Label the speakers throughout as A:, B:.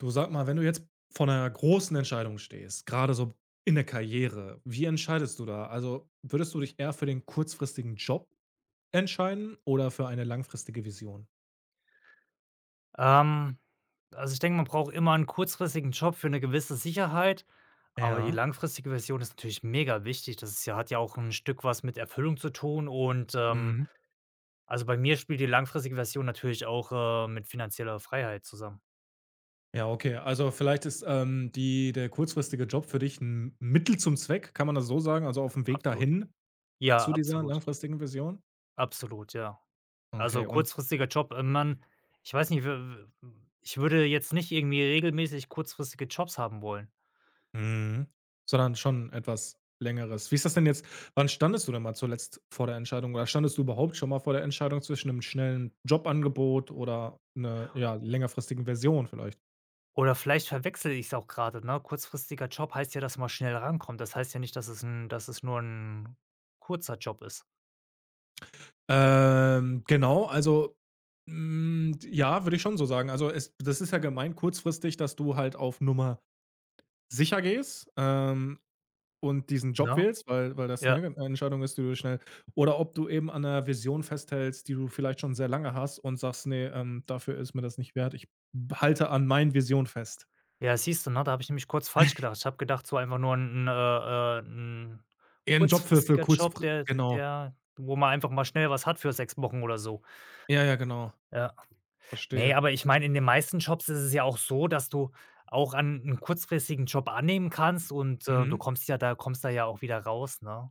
A: Du sag mal, wenn du jetzt vor einer großen Entscheidung stehst, gerade so in der Karriere, wie entscheidest du da? Also, würdest du dich eher für den kurzfristigen Job entscheiden oder für eine langfristige Vision?
B: Ähm, also ich denke, man braucht immer einen kurzfristigen Job für eine gewisse Sicherheit, aber die
A: Ja.
B: langfristige Version ist natürlich mega wichtig. Das ist ja hat ja auch ein Stück was mit Erfüllung zu tun und,
A: Mhm.
B: also bei mir spielt die langfristige Version natürlich auch, mit finanzieller Freiheit zusammen.
A: Ja, okay. Also, vielleicht ist, die der kurzfristige Job für dich 'n Mittel zum Zweck, kann man das so sagen? Also, auf dem Weg
B: Absolut.
A: dahin
B: Ja,
A: zu dieser
B: absolut.
A: langfristigen Vision?
B: Absolut, ja. Also
A: Okay. Und
B: kurzfristiger Job, man ich weiß nicht, w w ich würde jetzt nicht irgendwie regelmäßig kurzfristige Jobs haben wollen.
A: mhm. Sondern schon etwas Längeres. Wie ist das denn jetzt, wann standest du denn mal zuletzt vor der Entscheidung oder standest du überhaupt schon mal vor der Entscheidung zwischen einem schnellen Jobangebot oder 'ne, ja, längerfristigen Version vielleicht?
B: Oder vielleicht verwechsle es auch gerade, ne? Kurzfristiger Job heißt ja, dass man schnell rankommt. Das heißt ja nicht, dass es nur 'n kurzer Job ist,
A: Genau, also, ja, würde ich schon so sagen. Also, es das ist ja gemeint kurzfristig, dass du halt auf Nummer sicher gehst, und diesen
B: ne?
A: Job wählst, weil das,
B: Ja.
A: ne, 'ne Entscheidung ist, die du schnell oder ob du eben an einer Vision festhältst, die du vielleicht schon sehr lange hast und sagst: nee dafür ist mir das nicht wert. Ich halte an meinen Vision fest.“
B: Ja, siehst du, ne, da habe ich nämlich kurz falsch gedacht. Ich habe gedacht, so einfach nur 'n
A: Eher 'n Job für
B: kurzfristiger
A: kurz,
B: Job, der
A: genau.
B: der wo man einfach mal schnell was hat für 6 Wochen oder so.
A: Ja, ja, genau.
B: Ja. Ne,
A: Verstehe.
B: aber ich meine, in den meisten Jobs ist es ja auch so, dass du auch an 'n kurzfristigen Job annehmen kannst und, du
A: Mhm.
B: kommst ja da kommst da ja auch wieder raus, ne?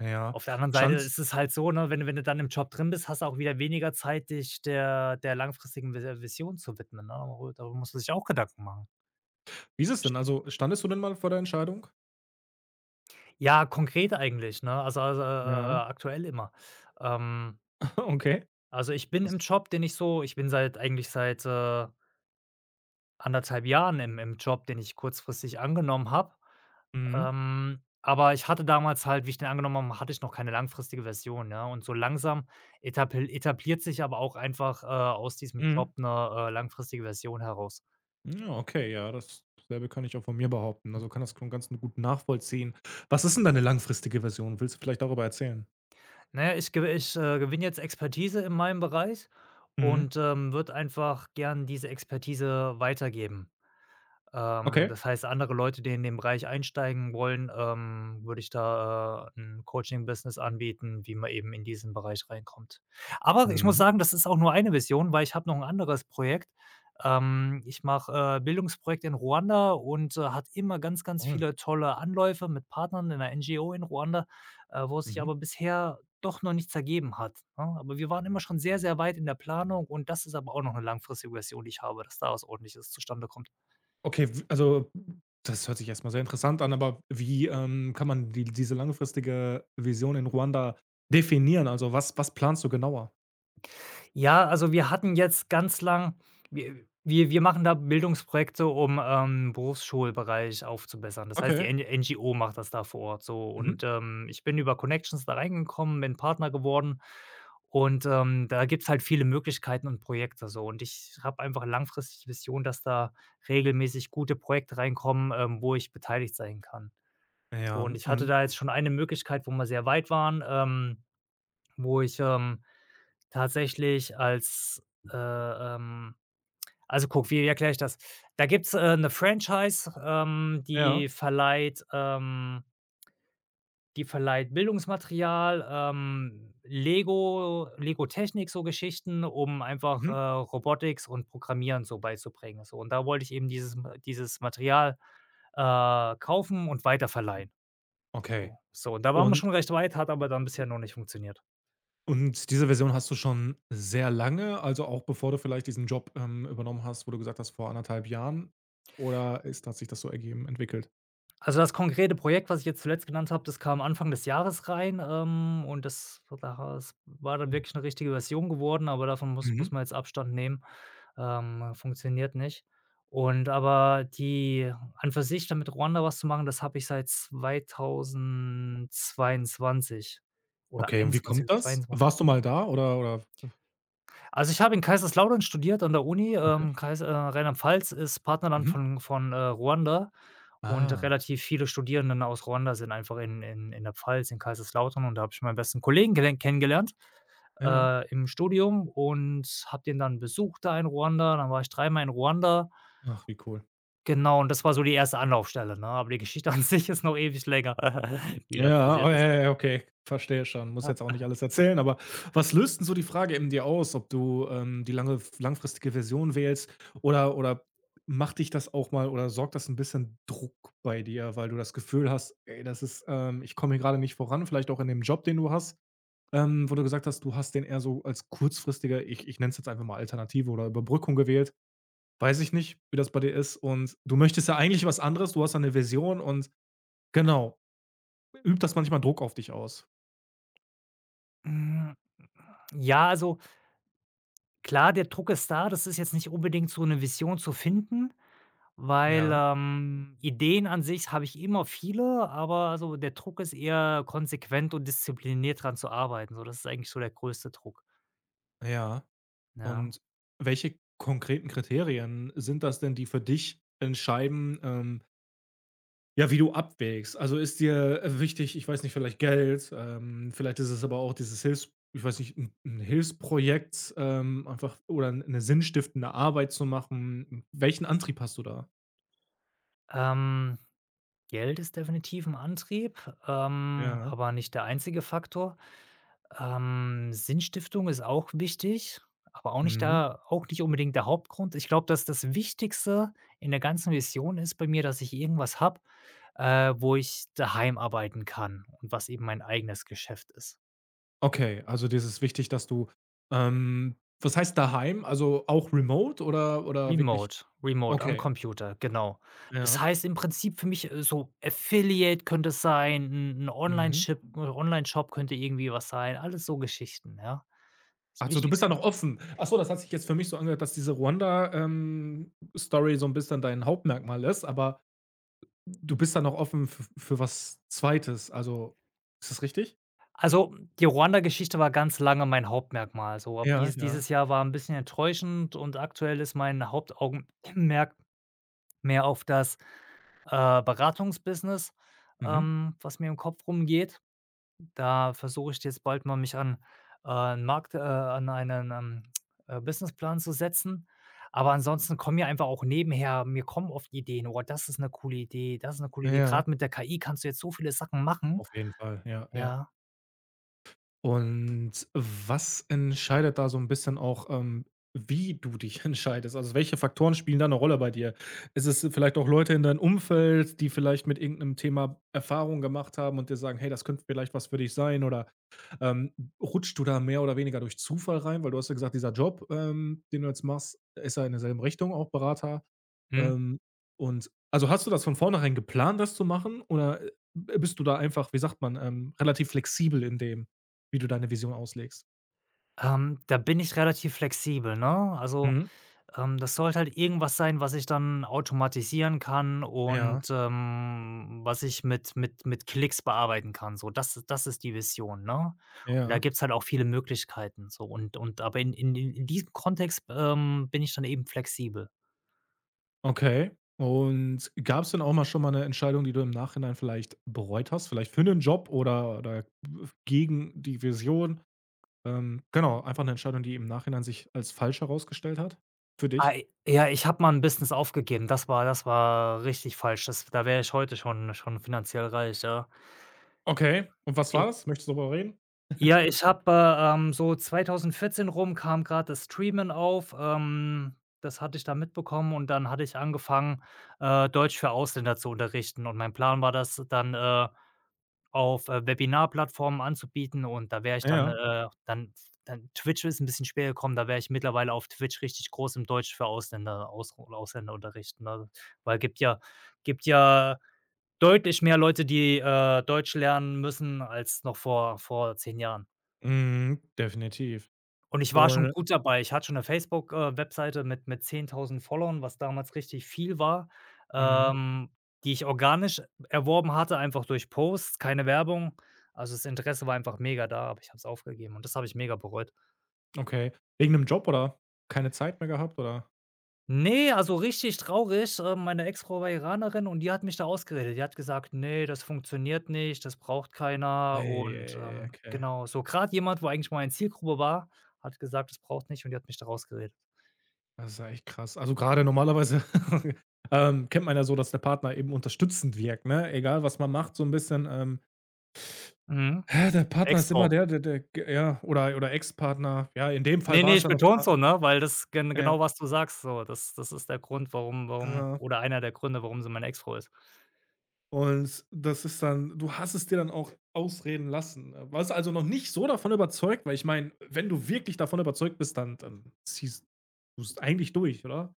A: Ja.
B: Auf der anderen Seite
A: Stand's,
B: ist es halt so, ne, wenn du dann im Job drin bist, hast du auch wieder weniger Zeit, dich der langfristigen Vi Vision zu widmen, ne? Darüber musst du sich auch Gedanken machen.
A: wie ist es denn? Also, standest du denn mal vor der Entscheidung?
B: Ja, konkret eigentlich, ne? Also,
A: Ja,
B: aktuell immer. Ähm,
A: okay.
B: also, ich bin
A: Das
B: im Job, den ich so ich bin seit eigentlich seit, 1,5 Jahren im Job, den ich kurzfristig angenommen habe.
A: mhm,
B: Aber ich hatte damals halt, wie ich den angenommen habe, hatte ich noch keine langfristige Version, ne? Und so langsam etapl etabliert sich aber auch einfach, aus diesem
A: mhm.
B: Job 'ne, langfristige Version heraus.
A: Ja, okay, ja, das dasselbe kann ich auch von mir behaupten. Also, kann das schon ganz gut nachvollziehen. Was ist denn deine langfristige Version? Willst du vielleicht darüber erzählen?
B: Na ja, ich gewinne jetzt Expertise in meinem Bereich
A: Mhm.
B: und, würde einfach gern diese Expertise weitergeben.
A: Okay.
B: Das heißt, andere Leute, die in den Bereich einsteigen wollen, würde ich da, 'n Coaching-Business anbieten, wie man eben in diesen Bereich reinkommt. Aber ich muss
A: Mhm.
B: sagen, das ist auch nur eine Vision, weil ich habe noch ein anderes Projekt. Ich mache, Bildungsprojekte in Ruanda und, hatte immer ganz, ganz
A: Toll.
B: viele tolle Anläufe mit Partnern in 'ner NGO in Ruanda, wo es sich
A: Mhm.
B: aber bisher doch noch nichts ergeben hat, ne? Aber wir waren immer schon sehr, sehr weit in der Planung und das ist aber auch noch eine langfristige Version, die ich habe, dass da was Ordentliches zustande kommt.
A: Okay, w also, das hört sich erst mal sehr interessant an, aber wie, kann man diese langfristige Vision in Ruanda definieren? Also, was was planst du genauer?
B: Ja, also wir hatten jetzt ganz lang wir machen da Bildungsprojekte, um, Berufsschulbereich aufzubessern. Das heißt, die
A: Okay.
B: N NGO macht das da vor Ort so und,
A: Mhm.
B: ich bin über Connections da reingekommen, bin Partner geworden und, da gibt's halt viele Möglichkeiten und Projekte so und ich habe einfach langfristig die Vision, dass da regelmäßig gute Projekte reinkommen, wo ich beteiligt sein kann. So
A: Ja,
B: und ich hatte
A: und
B: da jetzt schon eine Möglichkeit, wo wir sehr weit waren, wo ich, Tatsächlich als, äh, ähm also guck, wie erkläre ich das? Da gibt's, 'ne Franchise, die
A: ja.
B: verleiht ähm, die verleiht Bildungsmaterial, Lego Lego-Technik, so Geschichten, um einfach,
A: Mhm.
B: Robotics und Programmieren so beizubringen, so. Und da wollte ich eben dieses Material, kaufen und weiterverleihen,
A: Okay.
B: so. So, und da waren wir
A: Und
B: schon recht weit, hat aber dann bisher noch nicht funktioniert.
A: und diese Vision hast du schon sehr lange, also auch bevor du vielleicht diesen Job, übernommen hast, wo du gesagt hast, vor anderthalb Jahren? Oder ist hat sich das so ergeben entwickelt?
B: Also, das konkrete Projekt, was ich jetzt zuletzt genannt habe, das kam Anfang des Jahres rein, und das daraus war dann wirklich eine richtige Version geworden, aber davon muss
A: Mhm.
B: muss man jetzt Abstand nehmen. Funktioniert nicht. Und aber die an für sich da Ruanda was zu machen, das habe ich seit 2022 oder
A: Okay, und wie kommt
B: 21,
A: das? Warst
B: 22.
A: du mal da oder
B: Also, ich habe in Kaiserslautern studiert an der Uni, Kais Rheinland-Pfalz ist Partnerland
A: mhm.
B: von Ruanda und
A: Ah,
B: relativ viele Studierenden aus Ruanda sind einfach in der Pfalz, in Kaiserslautern und da habe ich meinen besten Kollegen gelen kennengelernt,
A: ja.
B: im Studium und habe den dann besucht da in Ruanda. Dann war ich dreimal in Ruanda.
A: Ach, wie cool.
B: Genau, und das war so die erste Anlaufstelle, ne? Aber die Geschichte an sich ist noch ewig länger, wie das
A: Ja, oh,
B: passiert
A: ja,
B: ist.
A: ja, ja, okay, verstehe schon. Muss jetzt auch
B: Ja.
A: nicht alles erzählen, aber was löst denn so die Frage in dir aus, ob du, die lange langfristige Version wählst oder macht dich das auch mal oder sorgt das ein bisschen Druck bei dir, weil du das Gefühl hast: „Ey, das ist, ich komme hier gerade nicht voran“, vielleicht auch in dem Job, den du hast, wo du gesagt hast, du hast den eher so als kurzfristiger, ich nenne es jetzt einfach mal Alternative oder Überbrückung gewählt. Weiß ich nicht, wie das bei dir ist und du möchtest ja eigentlich was anderes, du hast da 'ne Vision und genau, übt das manchmal Druck auf dich aus.
B: Hm, ja, also klar, der Druck ist da. Das ist jetzt nicht unbedingt so eine Vision zu finden, weil,
A: Ja,
B: Ideen an sich habe ich immer viele, aber so der Druck ist eher konsequent und diszipliniert dran zu arbeiten. So, das ist eigentlich so der größte Druck,
A: ja.
B: ja.
A: Und welche konkreten Kriterien sind das denn, die für dich entscheiden, ja, wie du abwägst? Also, ist dir, wichtig, ich weiß nicht, vielleicht Geld, vielleicht ist es aber auch dieses Hilfs, ich weiß nicht, 'n Hilfsprojekt, einfach oder 'ne sinnstiftende Arbeit zu machen. Welchen Antrieb hast du da?
B: Ähm, Geld ist definitiv ein Antrieb,
A: Ja.
B: aber nicht der einzige Faktor. Sinnstiftung ist auch wichtig, aber auch nicht
A: Mhm.
B: da, auch nicht unbedingt der Hauptgrund. Ich glaube, dass das Wichtigste in der ganzen Vision ist bei mir, dass ich irgendwas habe, wo ich daheim arbeiten kann und was eben mein eigenes Geschäft ist.
A: Okay, also dir ist es wichtig, dass du ähm, was heißt daheim? Also auch remote oder wirklich
B: Remote, remote am
A: okay,
B: Computer, genau. Das
A: ja.
B: heißt im Prinzip für mich, so Affiliate könnte es sein, 'n
A: Mhm.
B: Onlineship Onlineshop könnte irgendwie was sein, alles so Geschichten, ja? Das
A: Ach so, du bist da
B: Wichtigste
A: noch offen. Ach so, das hat sich jetzt für mich so angehört, dass diese Ruanda, Story so ein bisschen dein Hauptmerkmal ist, aber du bist da noch offen f für was Zweites. Also, ist das richtig?
B: also, die Ruanda-Geschichte war ganz lange mein Hauptmerkmal so, aber
A: Ja,
B: dies
A: ja.
B: dieses Jahr war 'n bisschen enttäuschend und aktuell ist mein Hauptaugenmerk mehr auf das, Beratungsbusiness,
A: Mhm.
B: was mir im Kopf rumgeht. Da versuche ich jetzt bald mal mich an, äh, 'n Markt an einen, Businessplan zu setzen. Aber ansonsten kommen mir einfach auch nebenher mir kommen oft Ideen: „Oh, das ist eine coole Idee, das ist eine coole Idee.“
A: Ja,
B: Gerade mit der KI kannst du jetzt so viele Sachen machen.
A: auf jeden Fall. Ja, ja.
B: Ja.
A: Und was entscheidet da so ein bisschen auch, wie du dich entscheidest? Also, welche Faktoren spielen da eine Rolle bei dir? Ist es vielleicht auch Leute in deinem Umfeld, die vielleicht mit irgendeinem Thema Erfahrung gemacht haben und dir sagen: „Hey, das könnte vielleicht was für dich sein“, oder ähm, rutscht du da mehr oder weniger durch Zufall rein? Weil du hast ja gesagt, dieser Job, den du jetzt machst, ist ja in derselben Richtung auch Berater.
B: Mhm.
A: Ähm, und also hast du das von vornherein geplant, das zu machen? Oder bist du da einfach, wie sagt man, relativ flexibel in dem, wie du deine Vision auslegst?
B: Da bin ich relativ flexibel, ne? Also,
A: Mhm.
B: Das sollte halt irgendwas sein, was ich dann automatisieren kann
A: Ja,
B: und, was ich mit Klicks bearbeiten kann, so. Das das ist die Vision, ne? Und da
A: ja.
B: gibt's halt auch viele Möglichkeiten so und aber in diesem Kontext, bin ich dann eben flexibel.
A: Okay. Und gab es denn auch mal schon mal eine Entscheidung, die du im Nachhinein vielleicht bereut hast? Vielleicht für 'nen Job oder gegen die Vision? Genau, einfach 'ne Entscheidung, die im Nachhinein sich als falsch herausgestellt hat für dich.
B: Ja, ich habe mal ein Business aufgegeben. Das war richtig falsch. Das Da wäre ich heute schon finanziell reich, ja.
A: Okay, und was war das? Möchtest du darüber reden?
B: Ja, ich habe, so 2014 rum kam grad das Streamen auf, das hatte ich da mitbekommen und dann hatte ich angefangen, Deutsch für Ausländer zu unterrichten und mein Plan war das dann, auf, Webinarplattformen anzubieten und da wäre ich dann,
A: Ja,
B: dann Twitch ist ein bisschen später gekommen, da wäre ich mittlerweile auf Twitch richtig groß im Deutsch für Ausländer Ausländerunterricht, ne? Weil gibt ja deutlich mehr Leute, die, Deutsch lernen müssen als noch vor 10 Jahren.
A: mhm, definitiv.
B: Und ich war schon
A: Und
B: gut dabei. Ich hatte schon 'ne Facebook Webseite mit 10.000 Followern, was damals richtig viel war,
A: mhm,
B: ähm, die ich organisch erworben hatte, einfach durch Posts, keine Werbung. Also, das Interesse war einfach mega da, aber ich habe es aufgegeben und das habe ich mega bereut.
A: okay. Wegen 'nem Job oder keine Zeit mehr gehabt oder?
B: Ne, also, richtig traurig, meine Ex-Frau war Iranerin und die hat mich da ausgeredet. Die hat gesagt: „Ne, das funktioniert nicht, das braucht keiner“
A: Ei, ei,
B: und,
A: ei, okay.
B: genau, so grad jemand, wo eigentlich meine Zielgruppe war, hat gesagt: „Das braucht nicht“ und die hat mich da rausgeredet.
A: Das ist ja echt krass. Also, grade normalerweise, kennt man ja so, dass der Partner eben unterstützend wirkt, ne? Egal, was man macht, so 'n bisschen,
B: Mhm.
A: ja, der Partner ist immer
B: Ex-Frau.
A: der, der der g ja, oder Ex-Partner. Ja, in dem Fall
B: Ne, ne,
A: war's
B: ich
A: ja noch
B: betone es so,
A: Partner.
B: ne, weil das gen
A: Ja,
B: genau, was du sagst, so. Das das ist der Grund, warum
A: ja.
B: oder einer der Gründe, warum sie meine Ex-Frau ist.
A: Und das ist dann du hast es dir dann auch ausreden lassen, ne? Warst also noch nicht so davon überzeugt, weil ich meine, wenn du wirklich davon überzeugt bist, dann ziehst du es eigentlich durch, oder?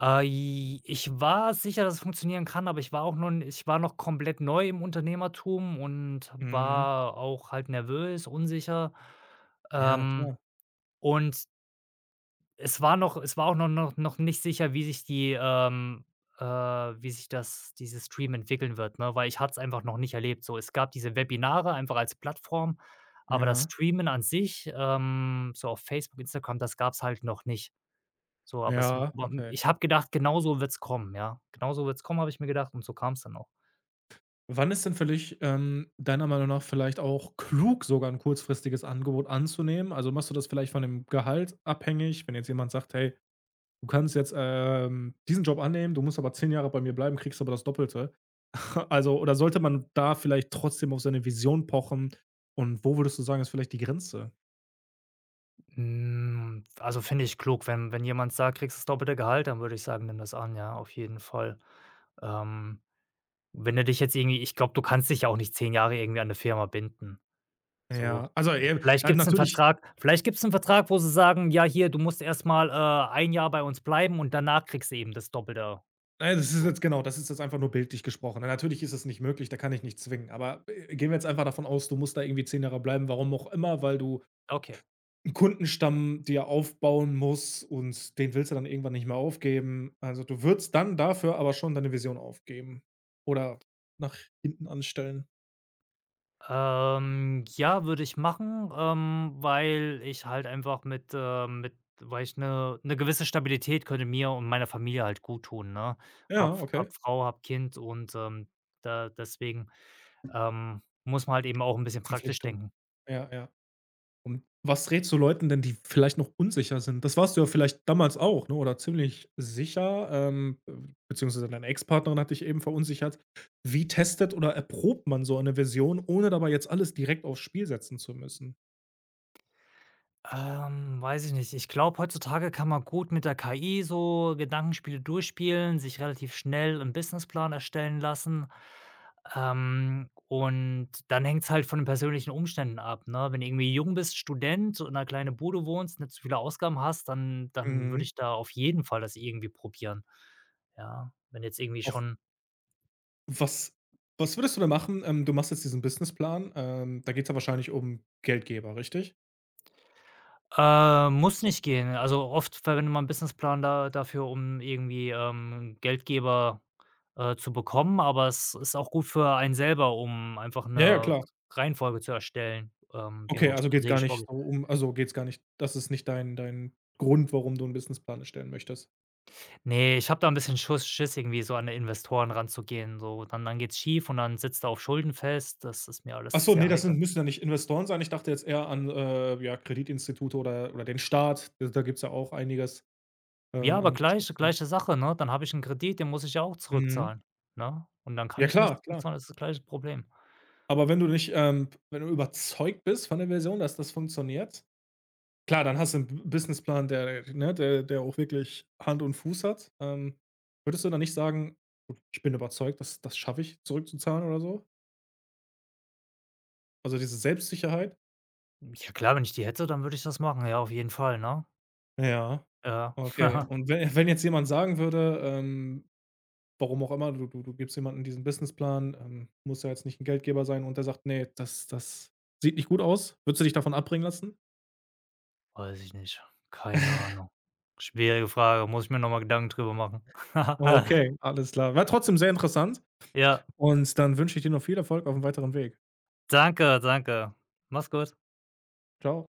B: I Ich war sicher, dass es funktionieren kann, aber ich war auch noch ich war noch komplett neu im Unternehmertum und
A: Mhm.
B: war auch halt nervös, unsicher.
A: Ja,
B: Ähm,
A: klar.
B: und Es war noch es war auch noch nicht sicher, wie sich die, wie sich das dieses Stream entwickeln wird, ne, weil ich hatte es einfach noch nicht erlebt. So, es gab diese Webinare einfach als Plattform, aber das
A: Ja,
B: Streamen an sich, so auf Facebook, Instagram, das gab's halt noch nicht. So, aber es
A: ja,
B: war
A: okay.
B: ich habe gedacht, genauso wird's kommen, ja. Genauso wird's kommen, habe ich mir gedacht und so kam's dann auch.
A: Wann ist denn für dich, deiner Meinung nach vielleicht auch klug, sogar ein kurzfristiges Angebot anzunehmen? Also, machst du das vielleicht von dem Gehalt abhängig? Wenn jetzt jemand sagt: „Hey, du kannst jetzt, diesen Job annehmen, du musst aber 10 Jahre bei mir bleiben, kriegst aber das Doppelte.“ Also, oder sollte man da vielleicht trotzdem auf seine Vision pochen? Und wo würdest du sagen, ist vielleicht die Grenze?
B: Also, finde ich klug, wenn jemand sagt: „Kriegst das doppelte Gehalt“, dann würde ich sagen: „Nimm das an“, ja, auf jeden Fall. Ähm Wenn du dich jetzt irgendwie ich glaube, du kannst dich ja auch nicht 10 Jahre irgendwie an 'ne Firma binden. So,
A: Ja, also,
B: vielleicht
A: na
B: gibt's 'nen
A: natürlich,
B: Vertrag vielleicht gibt's 'nen Vertrag, wo sie sagen: „Ja, hier, du musst erst mal, 1 Jahr bei uns bleiben und danach kriegst du eben das Doppelte.“
A: na ja, das ist
B: So,
A: jetzt genau, das ist jetzt einfach nur bildlich gesprochen. Na, natürlich ist es nicht möglich, da kann ich nicht zwingen. Aber, gehen wir jetzt einfach davon aus, du musst da irgendwie 10 Jahre bleiben, warum auch immer, weil du
B: okay.
A: einen Kundenstamm dir aufbauen musst und den willst du dann irgendwann nicht mehr aufgeben. Also, du würdest dann dafür aber schon deine Vision aufgeben oder nach hinten anstellen.
B: Ja, würde ich machen, weil ich halt einfach mit weil ich 'ne gewisse Stabilität könnte mir und meiner Familie halt guttun, ne? Habe
A: Ja,
B: F habe
A: okay.
B: Frau, habe Kind und, da deswegen, muss man halt eben auch 'n bisschen praktisch
A: Verpflichtung.
B: denken.
A: Ja, ja. Und was rätst du Leuten denn, die vielleicht noch unsicher sind? Das warst du ja vielleicht damals auch, ne, oder ziemlich sicher, beziehungsweise deine Ex-Partnerin hat dich eben verunsichert. Wie testet oder erprobt man so eine Version, ohne dabei jetzt alles direkt aufs Spiel setzen zu müssen?
B: Weiß ich nicht. Ich glaube, heutzutage kann man gut mit der KI so Gedankenspiele durchspielen, sich relativ schnell einen Businessplan erstellen lassen. Und dann hängt es halt von den persönlichen Umständen ab, ne? Wenn du irgendwie jung bist, Student in einer kleinen Bude wohnst, nicht so viele Ausgaben hast, dann würde
A: Mhm.
B: ich da auf jeden Fall das irgendwie probieren, ja? Wenn jetzt irgendwie
A: Auf
B: schon
A: was was würdest du da machen? Du machst jetzt diesen Businessplan, da geht's ja wahrscheinlich um Geldgeber, richtig?
B: Muss nicht gehen. Also, oft verwendet man Businessplan da dafür, um irgendwie, Geldgeber, zu bekommen, aber es ist auch gut für einen selber, um einfach
A: Ja, ja,
B: eine
A: klar.
B: Reihenfolge zu erstellen, wie
A: Okay,
B: man auch
A: also geht's gar
B: strategisch
A: nicht
B: vorgeht.
A: so um, also geht's gar nicht, das ist nicht dein dein Grund, warum du einen Businessplan erstellen möchtest?
B: Nee, ich habe da ein bisschen Schuss Schiss irgendwie so an die Investoren ranzugehen, so. Dann dann geht's schief und dann sitzt du auf Schulden fest. Das ist mir
A: Ach
B: alles
A: so, nee,
B: sehr
A: das
B: heikel.
A: sind müssen ja nicht Investoren sein. Ich dachte jetzt eher an, ja, Kreditinstitute oder den Staat. Da gibt's ja auch einiges,
B: Ja,
A: an
B: aber gleiche
A: Unterstützung.
B: gleiche Sache, ne? Dann habe ich einen Kredit, den muss ich ja auch
A: Mhm.
B: zurückzahlen, ne? Und dann
A: Ja
B: kann ich nicht
A: klar, klar.
B: zurückzahlen, das ist das gleiche Problem.
A: Aber wenn du nicht, wenn du überzeugt bist von der Version, dass das funktioniert, klar, dann hast du einen B Businessplan, der ne, der der auch wirklich Hand und Fuß hat. Würdest du dann nicht sagen: „Gut, ich bin überzeugt, dass das schaffe ich zurückzuzahlen“ oder so? Also, diese Selbstsicherheit?
B: Ja klar, wenn ich die hätte, dann würde ich das machen. Ja, auf jeden Fall, ne?
A: Ja,
B: Ja.
A: okay. Und we wenn jetzt jemand sagen würde, warum auch immer, du gibst jemandem diesen Businessplan, muss ja jetzt nicht ein Geldgeber sein und der sagt: nee, das das sieht nicht gut aus.“ Würdest du dich davon abbringen lassen?
B: Weiß ich nicht. Keine Ahnung. Schwierige Frage, muss ich mir noch mal Gedanken drüber machen.
A: Okay, alles klar. War trotzdem sehr interessant
B: Ja,
A: und dann wünsche ich dir noch viel Erfolg auf dem weiteren Weg.
B: danke, danke. Mach's gut.
A: Ciao.